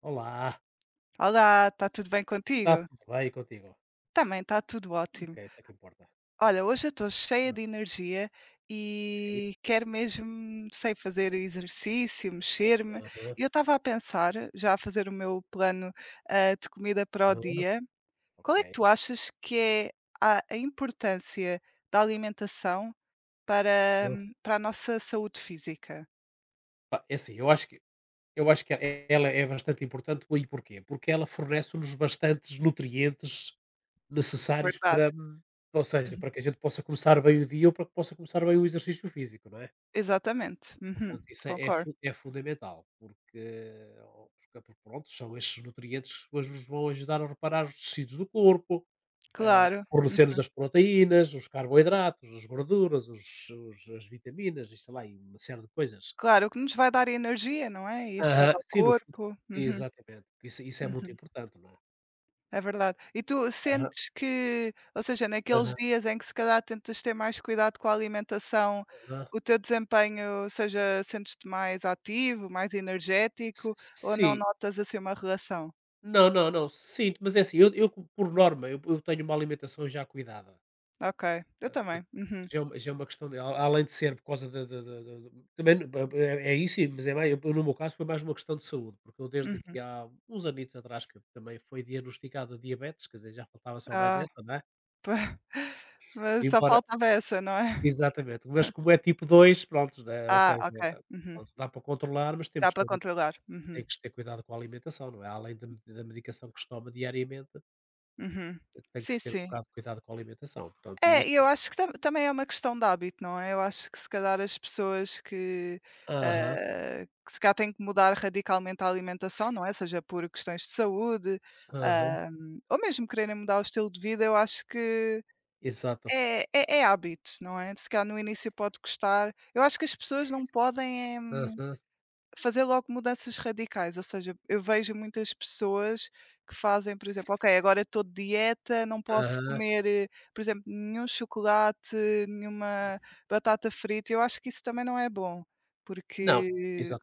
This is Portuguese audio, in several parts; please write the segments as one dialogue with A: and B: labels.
A: Olá,
B: Olá, está tudo bem
A: está
B: contigo?
A: tudo bem contigo?
B: Também está tudo
A: Ok,
B: ótimo.
A: isso é que importa.
B: Olha, hoje eu estou cheia de energia
A: Ok.
B: e quero mesmo, sei, fazer exercício, mexer-me.
A: Aham,
B: E eu estava a pensar, já a fazer o meu plano, de comida para o
A: aham.
B: dia.
A: Ok.
B: Qual é que tu achas que é a importância da alimentação para,
A: Eu...
B: hum, para a nossa saúde física?
A: Pá, é assim, eu acho que ela é bastante importante. E porquê? Porque ela fornece-nos bastantes nutrientes necessários para,
B: Verdade.
A: ou seja,
B: Uhum.
A: para que a gente possa começar bem o dia ou para que possa começar bem o exercício físico, não é?
B: Exatamente. Uhum.
A: Portanto, isso é,
B: Concordo.
A: é fundamental, porque, ó, pronto, são estes nutrientes que depois nos vão ajudar a reparar os tecidos do corpo,
B: Claro.
A: fornecer-nos as proteínas, os carboidratos, as gorduras, as vitaminas e sei lá, e uma série de coisas.
B: Claro, o que nos vai dar energia, não é? E
A: Aham,
B: reparar o
A: sim, no fundo.
B: corpo. Uhum,
A: Exatamente. Isso é muito
B: uhum,
A: importante, não é?
B: é verdade. E tu
A: Aham,
B: sentes que, ou seja, naqueles
A: aham,
B: dias em que se calhar tentas ter mais cuidado com a alimentação,
A: aham.
B: o teu desempenho, ou seja, sentes-te mais ativo, mais energético ou não
A: Sim.
B: notas assim uma relação?
A: Não, não, não. Sinto, mas é assim, por norma, eu tenho uma alimentação já cuidada.
B: Ok, eu
A: Portanto,
B: também. Uhum,
A: já é uma questão de a além de ser por causa da também n- ba ba é isso, mas é mai no meu caso foi mais uma questão de saúde, porque eu desde aqui
B: uhum.
A: há uns anitos atrás que também foi diagnosticado diabetes, quer dizer, já faltava só mais
B: Ah,
A: essa, não é?
B: mas só
A: Embora
B: faltava essa, não é?
A: exatamente, mas como é tipo 2 pronto, né, ou
B: Ah,
A: seja,
B: ok. Uhum.
A: pronto, dá para controlar, mas
B: Dá para controlar. Uhum,
A: tem que ter cuidado com a alimentação, não é? Além da medicação que se toma diariamente,
B: uhum.
A: tem que
B: Sim,
A: se ter um
B: sim.
A: bocado de cuidado com a alimentação, portanto isso...
B: É, e eu acho que também é uma questão de hábito, não é? Eu acho que se calhar as pessoas que,
A: Aham.
B: ah, que se calhar têm que mudar radicalmente a alimentação, não é?
A: S
B: Seja por questões de saúde,
A: Aham,
B: ah, ou mesmo quererem mudar o estilo de vida, eu acho que
A: exato.
B: é hábito, não é? Se calhar no início pode custar. Eu acho que as pessoas não podem é
A: Aham.
B: fazer logo mudanças radicais, ou seja, eu vejo muitas pessoas que fazem, por exemplo:
A: S
B: "Ok, agora eu estou de dieta, não posso
A: Aham.
B: comer, por exemplo, nenhum chocolate, nenhuma batata frita". Eu acho que isso também não é bom,
A: Não,
B: porque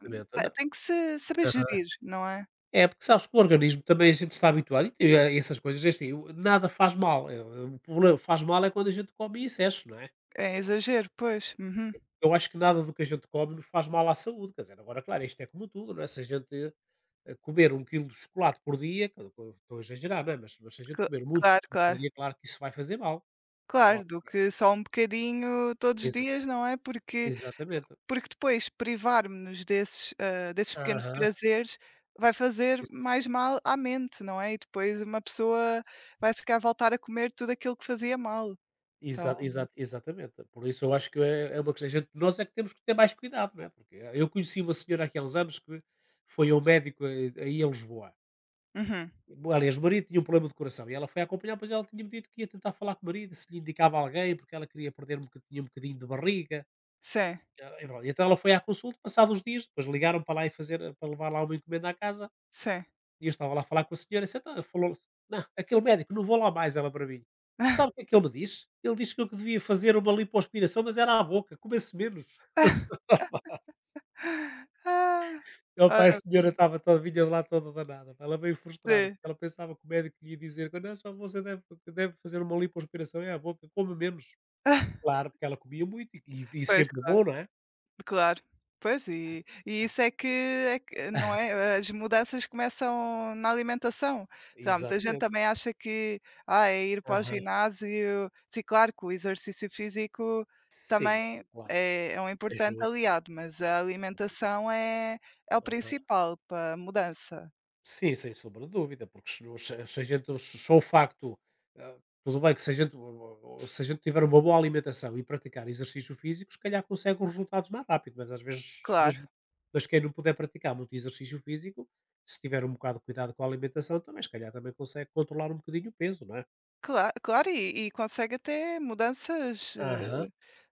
B: te
A: não.
B: tem que se saber
A: Aham.
B: gerir, não é?
A: É, porque sabes que o organismo também a gente está habituado e a essas coisas, é assim, o nada faz mal, o problema faz mal é quando a gente come em excesso, não é?
B: É exagero, pois. Uhum.
A: Eu acho que nada do que a gente come faz mal à saúde, quer dizer, agora claro, isto é como tudo, não é? Se a gente, comer um quilo de chocolate por dia, que eu estou a exagerar, não é? Mas se a gente
B: Cla
A: comer muitos
B: claro,
A: por
B: claro.
A: dia, claro que isso vai fazer mal.
B: Claro,
A: Agora
B: do que só um bocadinho todos os
A: exa
B: dias, não é? Porque
A: exatamente.
B: Porque depois privarmo-nos desses pequenos
A: Aham.
B: prazeres vai fazer
A: Ex
B: mais mal à mente, não é? E depois uma pessoa vai se calhar voltar a comer tudo aquilo que fazia mal.
A: Exa
B: Então.
A: exa exatamente. Por isso eu acho que é uma coisa gente nós é que temos que ter mais cuidado, não é, porque eu conheci uma senhora aqui há uns anos que foi ao médico aí em Lisboa.
B: Uhum.
A: Aliás, o marido tinha um problema de coração e ela foi acompanhar, pois ela tinha-me dito que ia tentar falar com o marido, se lhe indicava alguém, porque ela queria perder um boca tinha um bocadinho de barriga.
B: Sim,
A: Ah, e pronto, então ela foi à consulta, passados uns dias, depois ligaram para lá e fazer para levar lá uma encomenda à casa.
B: sim.
A: E eu estava lá a falar com a senhora, e tá falou: "Não, aquele médico, não vou lá mais", ela para mim. Sabe o que é que ele me disse? Ele disse que eu que devia fazer uma lipoaspiração, mas era à boca, comesse menos. Rapaz,
B: Ah,
A: opa, a
B: ah,
A: senhora estava toda vinha lá toda danada, pá, ela veio frustrada,
B: sim.
A: porque ela pensava que o médico ia dizer: "Não, só você deve fazer uma lipoaspiração, é à boca, coma menos". Claro, porque ela comia muito e
B: Pois,
A: sempre
B: claro.
A: bom, não é?
B: Claro. Pois, e isso é que não é? As mudanças começam na alimentação. Sei lá, muita gente
A: Exatamente.
B: também acha que, é ir para o
A: Aham.
B: ginásio, sim, claro que o exercício físico
A: Sim,
B: também
A: sim, claro.
B: é um importante
A: Ajuda.
B: aliado, mas a
A: Sim.
B: alimentação é o
A: Aham.
B: principal para a mudança.
A: Sim, sem sombra de dúvida, porque se, não- se a gente, se só o facto, ah, tudo bem que se a, gente, se a gente tiver uma boa alimentação e praticar exercício físico, se calhar consegue os resultados mais rápido, mas às vezes
B: Claro,
A: mesmo, mas quem não puder praticar muito exercício físico, se tiver um bocado de cuidado com a alimentação, também se calhar também consegue controlar um bocadinho o peso, não é?
B: claro, claro, e consegue até mudanças,
A: Aham,
B: eh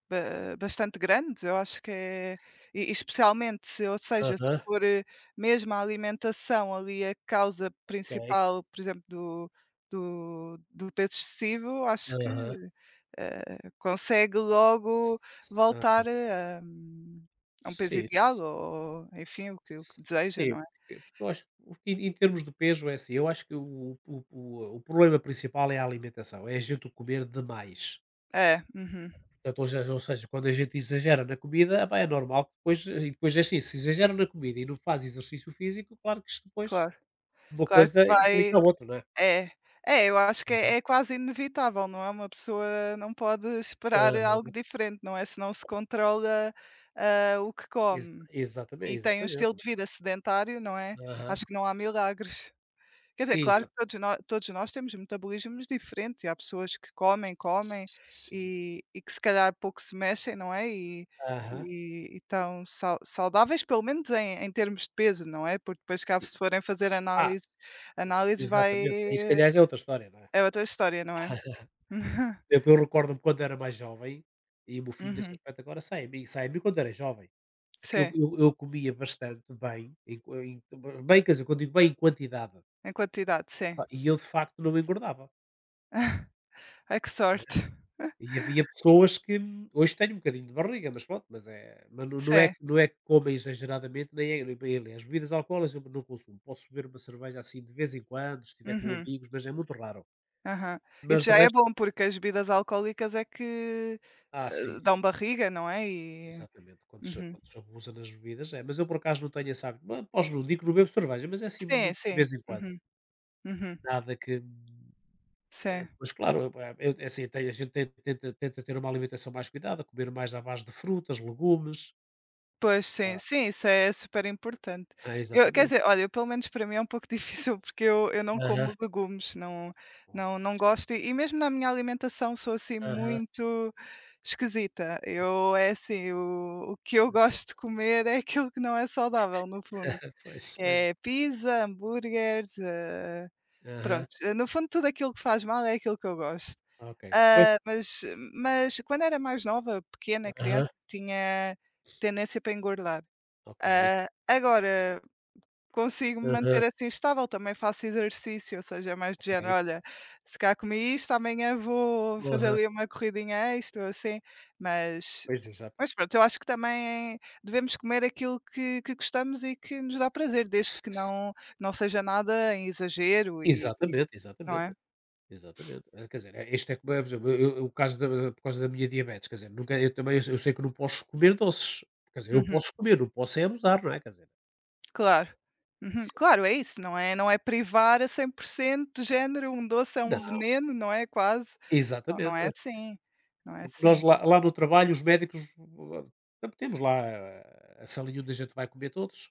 B: Ba bastante grandes. Eu acho que é e especialmente se, ou seja, se
A: aham,
B: for, mesmo a alimentação ali a causa
A: Ok.
B: principal, por exemplo, do peso excessivo. Acho que,
A: Aham. Se-
B: consegue logo
A: ah,
B: voltar, a um peso
A: Sim,
B: ideal ou, enfim, o que deseja,
A: Sim,
B: não é?
A: porque porque eu acho que em em termos de peso é assim, eu acho que o problema principal é a alimentação, é a gente comer demais.
B: É, uhum,
A: Portanto, ou seja, quando a gente exagera na comida, epá, é normal que depois e depois é assim, se exagera na comida e não faz exercício físico, claro que isto depois
B: claro.
A: uma
B: Claro que
A: coisa
B: vai.
A: implica a outra, não é?
B: É, é, eu acho que é
A: Aham,
B: é quase inevitável, não é? Uma pessoa não pode esperar
A: aham,
B: algo diferente, não é, se não se controla, o que come
A: exatamente,
B: e tem um
A: exatamente.
B: estilo de vida sedentário, não é,
A: Não é? Aham.
B: acho que não há milagres. Quer dizer,
A: Sim,
B: claro
A: exa
B: que todos nós temos metabolismos diferentes e há pessoas que comem, comem
A: sim, sim.
B: e que se calhar pouco se mexem, não é, e
A: Aham.
B: e e estão saudáveis pelo menos em termos de peso, não é, porque depois cá
A: Sim.
B: se forem fazer
A: Ah,
B: análises
A: sim,
B: análises vai.
A: exatamente. Aí se calhar já é outra história, não é?
B: É outra história, não é?
A: Exemplo, eu recordo-me quando era mais jovem, e o meu filho nesse
B: Uhum,
A: aspecto agora sai a mim quando era jovem, porque
B: sim,
A: eu comia bastante bem, em qua em bem, quer dizer, quando digo bem, em quantidade,
B: em quantidade, sim.
A: pá, e eu de facto não me engordava,
B: Ai, que
A: não é.
B: sorte.
A: E havia pessoas que hoje tenho um bocadinho de barriga, mas pronto, mas é mas não é
B: Sim,
A: que- não é que coma exageradamente, nem é nem- bem aliás, as bebidas alcoólicas eu não consumo, posso beber uma cerveja assim de vez em quando, se estiver com
B: uhum,
A: amigos, mas é muito raro.
B: aham.
A: Mas
B: Isso
A: de
B: já é
A: resto
B: bom, porque as bebidas alcoólicas é que,
A: ah, sim,
B: dão
A: sim, sim.
B: barriga, não é? E.
A: Exatamente, quando
B: Uhum.
A: se abusa nas bebidas é, mas eu por acaso não tenho esse hábito, ma não digo que não bebo cerveja, mas é assim
B: Sim,
A: muito de
B: sim.
A: vez em quando,
B: Uhum, uhum.
A: nada que,
B: Sim.
A: depois claro, eu é assim, tem a gente tem tenta tenta ter uma alimentação mais cuidada, comer mais à base de frutas, legumes.
B: Pois, sim,
A: Claro.
B: sim, isso é super importante.
A: É
B: Eu, quer
A: exatamente.
B: dizer, olha, eu, pelo menos para mim é um pouco difícil, porque eu não
A: Aham.
B: como legumes, não,
A: Ó,
B: não, não
A: x
B: gosto e mesmo na minha alimentação sou, assim,
A: Aham.
B: muito esquisita. Eu é assim, o que eu gosto de comer é aquilo que não é saudável, no fundo,
A: Pois,
B: que
A: pois.
B: é pizza, hambúrgueres,
A: Aham.
B: pronto, no fundo tudo aquilo que faz mal é aquilo que eu gosto.
A: Ok, pois.
B: Ah, mas quando era mais nova, pequena,
A: Aham.
B: criança, tinha tendência para engordar.
A: Ok,
B: Ah, agora consigo-me
A: Aham.
B: manter assim estável, também faço exercício, ou seja, é mais de género.
A: Ok.
B: Olha, se calhar comi isto, amanhã vou fazer
A: Aham.
B: ali uma corridinha extra ou assim, mas
A: Pois, exato.
B: mas pronto. Eu acho que também é: devemos comer aquilo que gostamos e que nos dá prazer, desde que
A: S-
B: não seja nada em exagero e
A: Exatamente,
B: não é?
A: exatamente. Exatamente. Quer dizer, este é como é, por exemplo, o caso da, por causa da minha diabetes, quer dizer, nunca, eu também, eu sei que não posso comer doces, quer dizer, eu
B: Uhum,
A: posso comer, não posso é abusar, não é? Quer dizer,
B: claro. Uhum,
A: Sim.
B: claro, é isso, não é privar a 100% do género, um doce é um
A: Não,
B: veneno, não é, quase. Não, não é
A: exatamente.
B: assim, não é
A: Porque nós
B: assim.
A: lá, lá no trabalho, os médicos, temos lá a salinha onde a gente vai comer todos,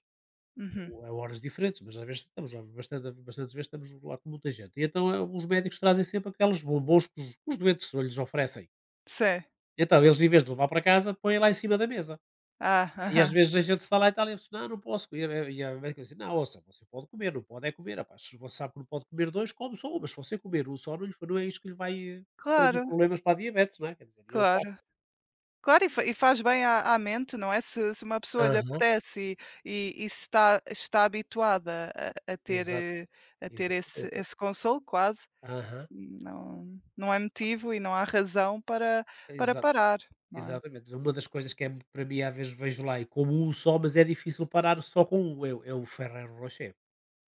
B: Uhum.
A: ou a horas diferentes, mas às vezes estamos lá, bastantes vezes estamos lá com muita gente. E então, os médicos trazem sempre aqueles bombons que os doentes lhes oferecem.
B: Sim.
A: Então, eles, em vez de levar para casa, põem lá em cima da mesa.
B: Ah,
A: E às
B: aham.
A: vezes a gente está lá e tal, e a pessoa: "Não, não posso comer", e a médica assim: "Não, ouça, você pode comer, não pode é comer, rapaz, se você sabe que não pode comer dois, come só um, mas se você comer um só, não lhe não é isso que lhe vai trazer
B: Claro,
A: problemas para a diabetes", não é, quer dizer, e é um facto.
B: claro. Claro, e faz bem à mente, não é? Se uma pessoa lhe
A: Aham,
B: apetece e se está habituada a a ter,
A: exato,
B: eh, a ter esse
A: exatamente.
B: esse consolo, quase,
A: Aham,
B: não é motivo e não há razão para
A: exa
B: parar, não é?
A: exatamente. Uma das coisas que é para mim, às vezes vejo lá e como um só, mas é difícil parar só com um, é o Ferrero Rocher.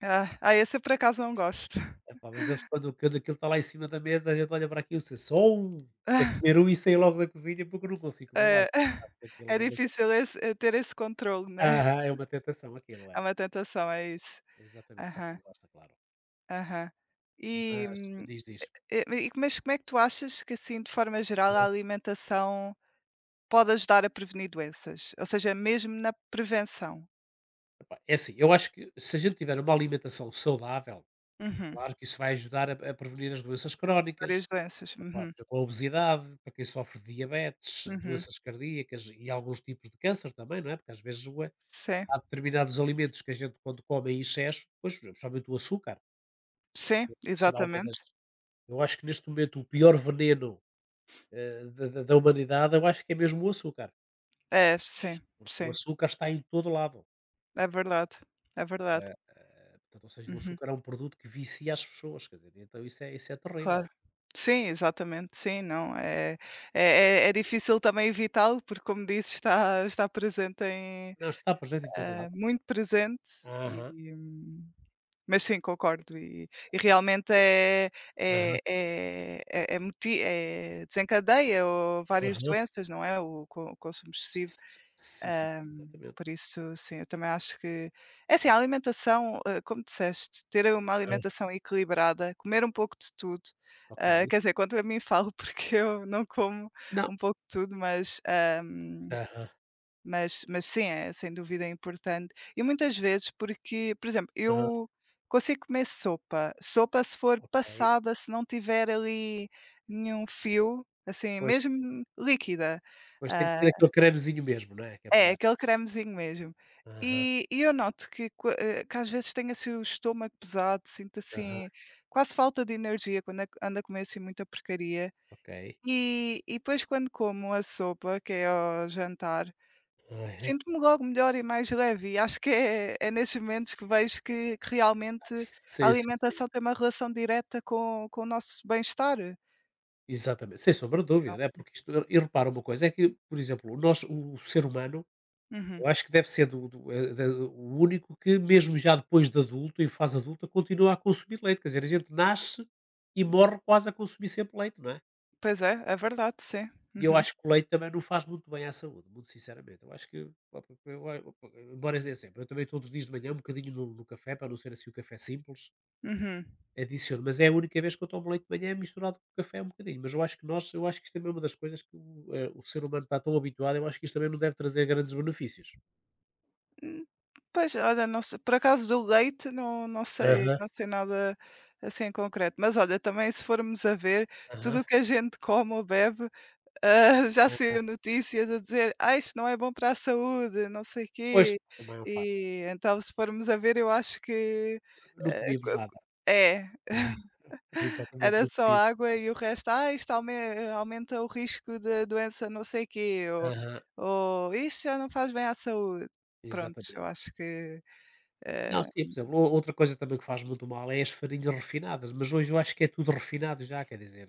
B: Ah, ah, esse eu por acaso não gosto.
A: Epá, mas eles quando aquilo está lá em cima da mesa, a gente olha para aquilo se só um, é comer um e sair logo da cozinha porque eu não consigo comer mais.
B: É.
A: Aquilo
B: É
A: não mas é,
B: difícil esse, ter esse controle, né?
A: aham, é uma tentação aquilo,
B: É
A: é.
B: uma tentação, é isso.
A: Exatamente, para
B: Aham.
A: quem gosta, claro.
B: Aham. E,
A: Mas
B: hum,
A: diz, diz.
B: e mas como é que tu achas que, assim, de forma geral, a
A: Aham.
B: alimentação pode ajudar a prevenir doenças? Ou seja, mesmo na prevenção?
A: Epá, é assim, eu acho que se a gente tiver uma alimentação saudável,
B: Uhum.
A: claro que isso vai ajudar a prevenir as doenças crónicas,
B: Várias doenças.
A: epá,
B: Uhum,
A: por exemplo, a obesidade, para quem sofre de diabetes,
B: uhum.
A: doenças cardíacas e alguns tipos de câncer também, não é? Porque às vezes o
B: Sim,
A: há determinados alimentos que a gente quando come é em excesso, pois, principalmente o açúcar,
B: sim,
A: que será uma das...
B: exatamente.
A: Eu acho que neste momento o pior veneno, da humanidade, eu acho que é mesmo o açúcar,
B: É, sim,
A: porque o
B: sim.
A: açúcar está em todo lado.
B: É verdade, é verdade.
A: Portanto, ou seja, o
B: Uhum,
A: açúcar é um produto que vicia as pessoas, quer dizer, então isso é terrível.
B: claro. Sim, exatamente, sim, não, é é é é difícil também evitá-lo, porque como disse, está está presente em,
A: Não, está presente em todo
B: hã,
A: lado.
B: muito presente
A: Aham,
B: e Mas sim, concordo e realmente
A: aham,
B: desencadeia o várias
A: aham.
B: doenças, não é, o consumo excessivo.
A: S Sim, sim, sim, exatamente.
B: Por isso, sim, eu também acho que é assim,
A: Aham,
B: a alimentação, como disseste, ter uma
A: aham.
B: alimentação equilibrada, comer um pouco de tudo,
A: Ok.
B: quer dizer, contra mim falo, porque eu não como
A: Não.
B: um pouco de tudo, hum
A: Aham,
B: mas sim, é, sem dúvida, é importante. E muitas vezes porque, por exemplo,
A: aham.
B: eu consigo comer sopa se for
A: Ok,
B: passada, se não tiver ali nenhum fio, assim,
A: pois,
B: mesmo líquida,
A: pois tem que ser
B: ah,
A: aquele cremezinho mesmo, não é, que é
B: é,
A: para...
B: aquele cremezinho mesmo.
A: Aham,
B: E eu noto que às vezes tenho, assim, o estômago pesado, sinto,
A: aham.
B: assim, quase falta de energia quando a ando a comer, assim, muita porcaria.
A: Ok.
B: E depois quando como a sopa, que é ao jantar,
A: Aham.
B: sinto-me logo melhor e mais leve e acho que é nesses momentos
A: S
B: que vejo que realmente a
A: Sim, sim, sim.
B: alimentação tem uma relação direta com o nosso bem-estar.
A: Exatamente. Sem sombra de dúvida, né,
B: Então.
A: porque isto e repara uma coisa, é que, por exemplo, nós o ser humano,
B: Uhum.
A: eu acho que deve ser do do, eh, da o único que mesmo já depois de adulto, em fase adulta, continua a consumir leite. Quer dizer, a gente nasce e morre quase a consumir sempre leite, não é?
B: Pois é, é verdade, sim.
A: E eu
B: Uhum,
A: acho que o leite também não faz muito bem à saúde, muito sinceramente. Eu acho que pá, embora dizer sempre, eu também todos os dias de manhã um bocadinho no café, para não ser assim o café simples,
B: uhum.
A: adiciono, mas é a única vez que eu tomo leite de manhã misturado com café um bocadinho, mas eu acho que isto também é uma das coisas que o ser humano está tão habituado, eu acho que isto também não deve trazer grandes benefícios.
B: Hum, Pois, olha, não se por acaso do leite, não, não sei,
A: Aham,
B: não sei nada, assim, em concreto. Mas olha, também se formos a ver, tudo
A: aham.
B: o que a gente come ou bebe.
A: Sim,
B: Ah, já
A: aham.
B: saiu notícias a dizer: "Ah, isto não é bom para a saúde, não sei
A: Pois,
B: quê".
A: também é um facto.
B: E então se formos a ver, eu acho que,
A: Não
B: eh,
A: comíamos
B: co co
A: nada.
B: é,
A: Aham, Exatamente,
B: era
A: não
B: só
A: comíamos
B: água
A: nada.
B: e o resto: "Ah, isto aumenta o risco da doença não sei quê", ou
A: Aham.
B: ou "Isto já não faz bem à saúde". Pronto, eu
A: Exatamente.
B: acho que,
A: Não,
B: eh
A: sim, por exemplo, ou outra coisa também que faz muito mal é as farinhas refinadas, mas hoje eu acho que é tudo refinado já, quer dizer.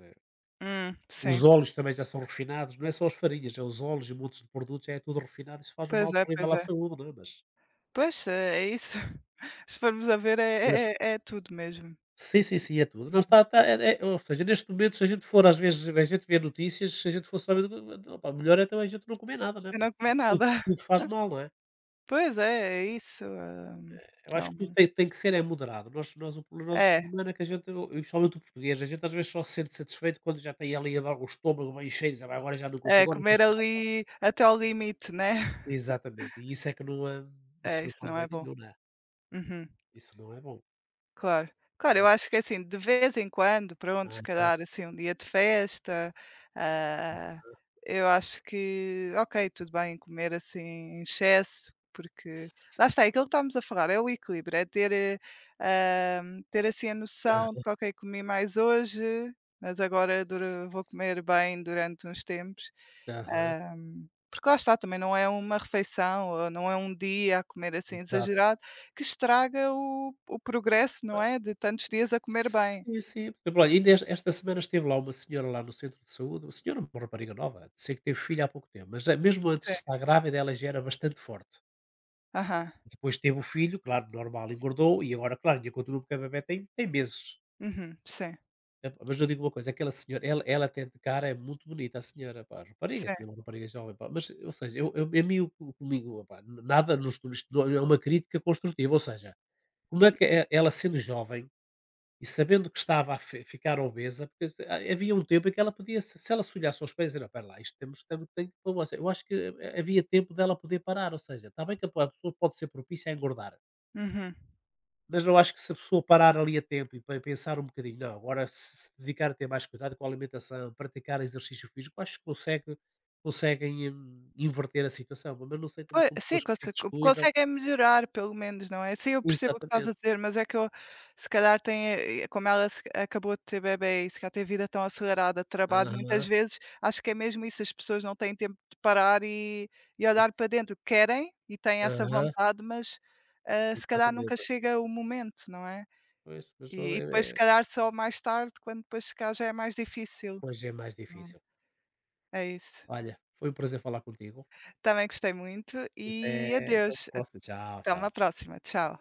A: Os
B: sim.
A: óleos também já são refinados, não é só as farinhas, é os óleos e montes de produtos, já é tudo refinado, isso faz um mal
B: Pois é,
A: terrível
B: pois
A: à
B: é.
A: saúde, não é, mas...
B: Pois, é isso. Se formos a ver é
A: Mas
B: é é é tudo mesmo.
A: sim, sim, sim, é tudo. Não
B: Uhum.
A: está, é ou seja, neste momento, se a gente for às vezes, a gente vê notícias, se a gente for saber, opa, melhor é então a gente não comer nada, não é?
B: Eu não
A: Porque
B: comer nada.
A: tudo faz mal, não é?
B: Pois é, é isso,
A: Eu acho que tudo
B: então
A: tem, tem que ser é moderado. O, o ser
B: é,
A: humano é que a gente, eu, principalmente o português, a gente às vezes só se sente satisfeito quando já tem ali a- o estômago bem cheio, diz, "Ah, agora já não
B: é,
A: consigo, agora que eu
B: comer
A: estou..."
B: ali até ao limite, né.
A: Exatamente, e isso é que não, isso
B: É,
A: não
B: isso
A: faz
B: não
A: bem
B: é bom.
A: nenhum, não é?
B: Uhum,
A: Isso não é bom.
B: claro. Claro, eu acho que, assim, de vez em quando, pronto, se
A: Aham.
B: calhar assim um dia de festa, ah, eu acho que, ok, tudo bem comer assim em excesso, porque
A: S
B: lá está, é aquilo que estávamos a falar, é o equilíbrio, é ter assim a noção de
A: Aham.
B: que: "Ok, comi mais hoje, mas agora
A: S
B: dura vou comer bem durante uns tempos".
A: Aham.
B: Ah, porque lá está, também não é uma refeição ou não é um dia a comer assim
A: Exato.
B: exagerado que estraga o progresso, não
A: Ah,
B: é, de tantos dias a comer bem.
A: sim, sim. Por exemplo, olha, ainda esta semana esteve lá uma senhora lá no centro de saúde, uma senhora, uma rapariga nova, sei que teve filho há pouco tempo, mas já mesmo antes de
B: Sim.
A: estar grávida ela já era bastante forte.
B: Aham.
A: Depois teve o filho, claro, normal, engordou e agora, claro, ainda continua porque a bebé tem meses.
B: Uhum. Sim,
A: Epá, mas eu digo uma coisa, aquela senhora, ela até de cara é muito bonita, a senhora, pá, rapariga,
B: sim.
A: tinha uma rapariga jovem, pá, mas, ou seja, a mim, comigo, pá, nada nos turistas, é uma crítica construtiva, ou seja, como é que é- ela sendo jovem e sabendo que estava ficar obesa, porque havia um tempo em que ela podia, se ela se olhasse aos pés, era, pera lá, isto tem que, pôr você." Eu acho que havia tempo dela poder parar, ou seja, está bem que a pessoa pode ser propícia a engordar,
B: Uhum.
A: mas eu acho que se a pessoa parar ali a tempo e pe pensar um bocadinho, não, agora se dedicar a ter mais cuidado com a alimentação, praticar exercício físico, acho que consegue conseguem, inverter a situação, mas não sei também
B: Poi
A: são
B: sim,
A: pessoas que se
B: conse co
A: descuidam
B: conseguem melhorar pelo menos, não é? Sim, eu percebo o que estás a
A: exatamente.
B: dizer, mas é que eu se calhar tem, como ela se acabou de ter bebé e se calhar tem vida tão acelerada de trabalho, muitas
A: Aham,
B: vezes acho que é mesmo isso, as pessoas não têm tempo de parar e olhar
A: isso
B: para dentro. Querem e têm essa
A: aham,
B: vontade, mas, se calhar nunca
A: exatamente.
B: chega o momento, não é?
A: Pois, mas o
B: E
A: é
B: depois se
A: é,
B: calhar só mais tarde, quando depois se calhar já é mais difícil.
A: pois é mais
B: Hum,
A: difícil.
B: É isso.
A: Olha, foi um prazer falar contigo
B: Também gostei muito
A: e
B: e
A: até uma
B: adeus,
A: próxima. Tchau,
B: até uma
A: tchau.
B: próxima. Tchau.